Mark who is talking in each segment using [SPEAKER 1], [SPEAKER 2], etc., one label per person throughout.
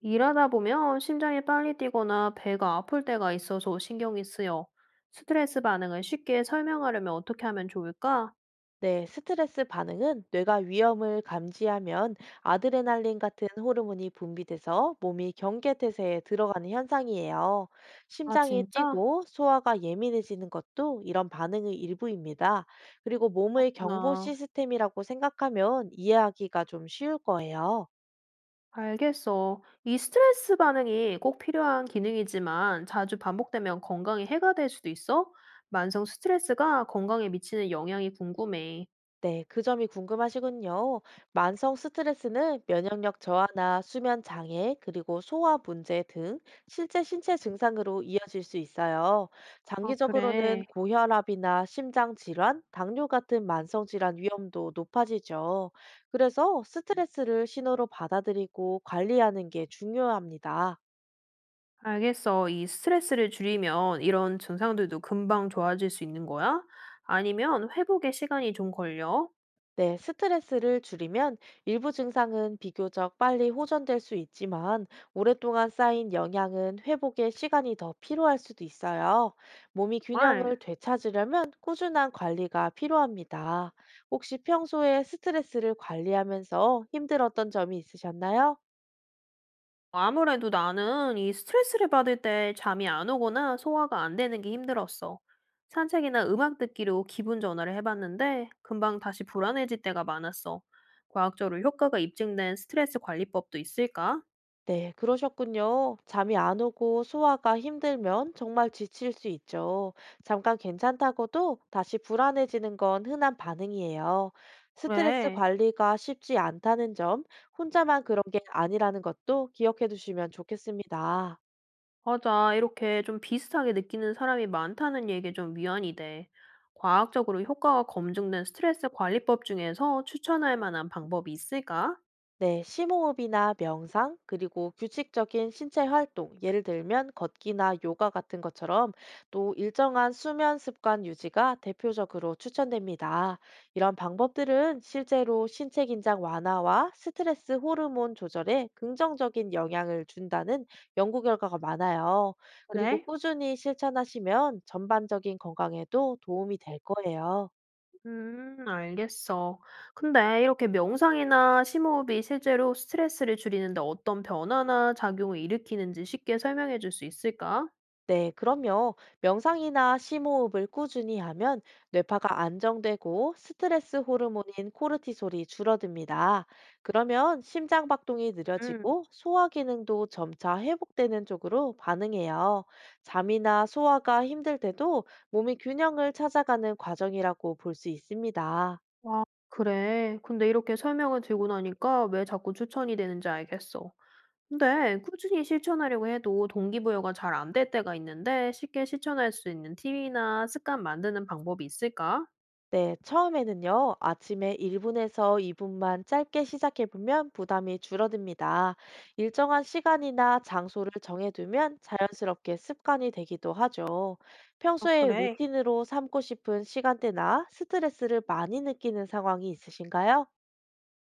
[SPEAKER 1] 일하다 보면 심장이 빨리 뛰거나 배가 아플 때가 있어서 신경이 쓰여. 스트레스 반응을 쉽게 설명하려면 어떻게 하면 좋을까?
[SPEAKER 2] 네, 스트레스 반응은 뇌가 위험을 감지하면 아드레날린 같은 호르몬이 분비돼서 몸이 경계태세에 들어가는 현상이에요.
[SPEAKER 1] 아,
[SPEAKER 2] 심장이
[SPEAKER 1] 진짜?
[SPEAKER 2] 뛰고 소화가 예민해지는 것도 이런 반응의 일부입니다. 그리고 몸의 경보
[SPEAKER 1] 그렇구나.
[SPEAKER 2] 시스템이라고 생각하면 이해하기가 좀 쉬울 거예요.
[SPEAKER 1] 알겠어. 이 스트레스 반응이 꼭 필요한 기능이지만 자주 반복되면 건강에 해가 될 수도 있어? 만성 스트레스가 건강에 미치는 영향이 궁금해.
[SPEAKER 2] 네, 그 점이 궁금하시군요. 만성 스트레스는 면역력 저하나 수면 장애, 그리고 소화 문제 등 실제 신체 증상으로 이어질 수 있어요.
[SPEAKER 1] 아,
[SPEAKER 2] 장기적으로는
[SPEAKER 1] 그래.
[SPEAKER 2] 고혈압이나 심장 질환, 당뇨 같은 만성 질환 위험도 높아지죠. 그래서 스트레스를 신호로 받아들이고 관리하는 게 중요합니다.
[SPEAKER 1] 알겠어. 이 스트레스를 줄이면 이런 증상들도 금방 좋아질 수 있는 거야? 아니면 회복에 시간이 좀 걸려?
[SPEAKER 2] 네, 스트레스를 줄이면 일부 증상은 비교적 빨리 호전될 수 있지만 오랫동안 쌓인 영향은 회복에 시간이 더 필요할 수도 있어요. 몸이
[SPEAKER 1] 정말.
[SPEAKER 2] 균형을 되찾으려면 꾸준한 관리가 필요합니다. 혹시 평소에 스트레스를 관리하면서 힘들었던 점이 있으셨나요?
[SPEAKER 1] 뭐 아무래도 나는 이 스트레스를 받을 때 잠이 안 오거나 소화가 안 되는 게 힘들었어. 산책이나 음악 듣기로 기분 전환을 해봤는데 금방 다시 불안해질 때가 많았어. 과학적으로 효과가 입증된 스트레스 관리법도 있을까?
[SPEAKER 2] 네, 그러셨군요. 잠이 안 오고 소화가 힘들면 정말 지칠 수 있죠. 잠깐 괜찮다고도 다시 불안해지는 건 흔한 반응이에요. 스트레스
[SPEAKER 1] 그래,
[SPEAKER 2] 관리가 쉽지 않다는 점, 혼자만 그런 게 아니라는 것도 기억해 두시면 좋겠습니다.
[SPEAKER 1] 맞아. 이렇게 좀 비슷하게 느끼는 사람이 많다는 얘기에 좀 위안이 돼. 과학적으로 효과가 검증된 스트레스 관리법 중에서 추천할 만한 방법이 있을까?
[SPEAKER 2] 네, 심호흡이나 명상, 그리고 규칙적인 신체 활동, 예를 들면 걷기나 요가 같은 것처럼 또 일정한 수면 습관 유지가 대표적으로 추천됩니다. 이런 방법들은 실제로 신체 긴장 완화와 스트레스 호르몬 조절에 긍정적인 영향을 준다는 연구 결과가 많아요. 그리고
[SPEAKER 1] 그래?
[SPEAKER 2] 꾸준히 실천하시면 전반적인 건강에도 도움이 될 거예요.
[SPEAKER 1] 알겠어. 근데 이렇게 명상이나 심호흡이 실제로 스트레스를 줄이는데 어떤 변화나 작용을 일으키는지 쉽게 설명해 줄 수 있을까?
[SPEAKER 2] 네, 그럼요. 명상이나 심호흡을 꾸준히 하면 뇌파가 안정되고 스트레스 호르몬인 코르티솔이 줄어듭니다. 그러면 심장 박동이
[SPEAKER 1] 음.
[SPEAKER 2] 느려지고 소화 기능도 점차 회복되는 쪽으로 반응해요. 잠이나 소화가 힘들 때도 몸이 균형을 찾아가는 과정이라고 볼 수 있습니다.
[SPEAKER 1] 아, 그래. 근데 이렇게 설명을 들고 나니까 왜 자꾸 추천이 되는지 알겠어. 근데 꾸준히 실천하려고 해도 동기부여가 잘 안될 때가 있는데 쉽게 실천할 수 있는 팁이나 습관 만드는 방법이 있을까?
[SPEAKER 2] 네, 처음에는요, 아침에 1분에서 2분만 짧게 시작해보면 부담이 줄어듭니다. 일정한 시간이나 장소를 정해두면 자연스럽게 습관이 되기도 하죠.
[SPEAKER 1] 아,
[SPEAKER 2] 평소에
[SPEAKER 1] 그래.
[SPEAKER 2] 루틴으로 삼고 싶은 시간대나 스트레스를 많이 느끼는 상황이 있으신가요?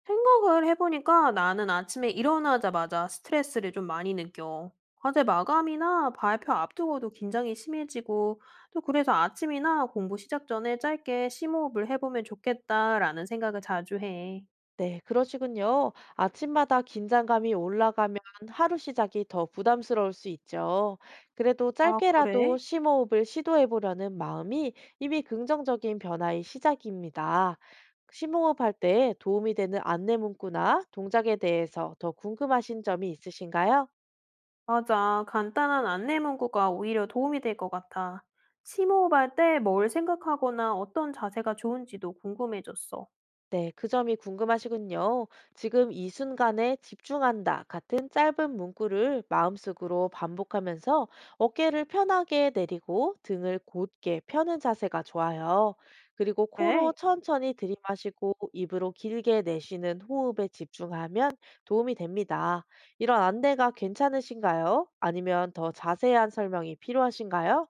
[SPEAKER 1] 생각을 해 보니까 나는 아침에 일어나자마자 스트레스를 좀 많이 느껴. 과제 마감이나 발표 앞두고도 긴장이 심해지고 또 그래서 아침이나 공부 시작 전에 짧게 심호흡을 해 보면 좋겠다라는 생각을 자주 해.
[SPEAKER 2] 네, 그러시군요. 아침마다 긴장감이 올라가면 하루 시작이 더 부담스러울 수 있죠. 그래도
[SPEAKER 1] 아,
[SPEAKER 2] 짧게라도
[SPEAKER 1] 그래?
[SPEAKER 2] 심호흡을 시도해 보려는 마음이 이미 긍정적인 변화의 시작입니다. 심호흡할 때 도움이 되는 안내 문구나 동작에 대해서 더 궁금하신 점이 있으신가요?
[SPEAKER 1] 맞아. 간단한 안내 문구가 오히려 도움이 될 것 같아. 심호흡할 때 뭘 생각하거나 어떤 자세가 좋은지도 궁금해졌어.
[SPEAKER 2] 네, 그 점이 궁금하시군요. 지금 이 순간에 집중한다 같은 짧은 문구를 마음속으로 반복하면서 어깨를 편하게 내리고 등을 곧게 펴는 자세가 좋아요. 그리고 코로
[SPEAKER 1] 네.
[SPEAKER 2] 천천히 들이마시고 입으로 길게 내쉬는 호흡에 집중하면 도움이 됩니다. 이런 안내가 괜찮으신가요? 아니면 더 자세한 설명이 필요하신가요?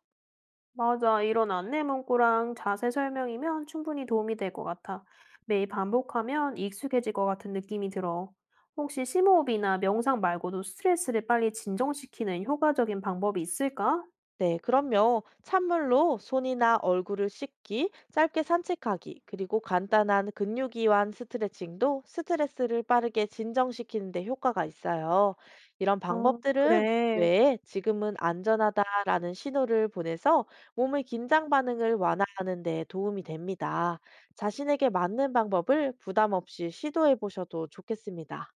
[SPEAKER 1] 맞아. 이런 안내 문구랑 자세 설명이면 충분히 도움이 될 것 같아. 매일 반복하면 익숙해질 것 같은 느낌이 들어. 혹시 심호흡이나 명상 말고도 스트레스를 빨리 진정시키는 효과적인 방법이 있을까?
[SPEAKER 2] 네, 그럼요. 찬물로 손이나 얼굴을 씻기, 짧게 산책하기, 그리고 간단한 근육이완 스트레칭도 스트레스를 빠르게 진정시키는 데 효과가 있어요. 이런
[SPEAKER 1] 어,
[SPEAKER 2] 방법들은
[SPEAKER 1] 그래.
[SPEAKER 2] 뇌에 지금은 안전하다라는 신호를 보내서 몸의 긴장 반응을 완화하는 데 도움이 됩니다. 자신에게 맞는 방법을 부담 없이 시도해 보셔도 좋겠습니다.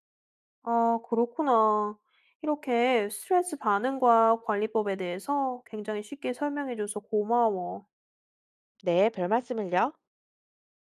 [SPEAKER 1] 아, 그렇구나. 이렇게 스트레스 반응과 관리법에 대해서 굉장히 쉽게 설명해줘서 고마워.
[SPEAKER 2] 네, 별 말씀을요.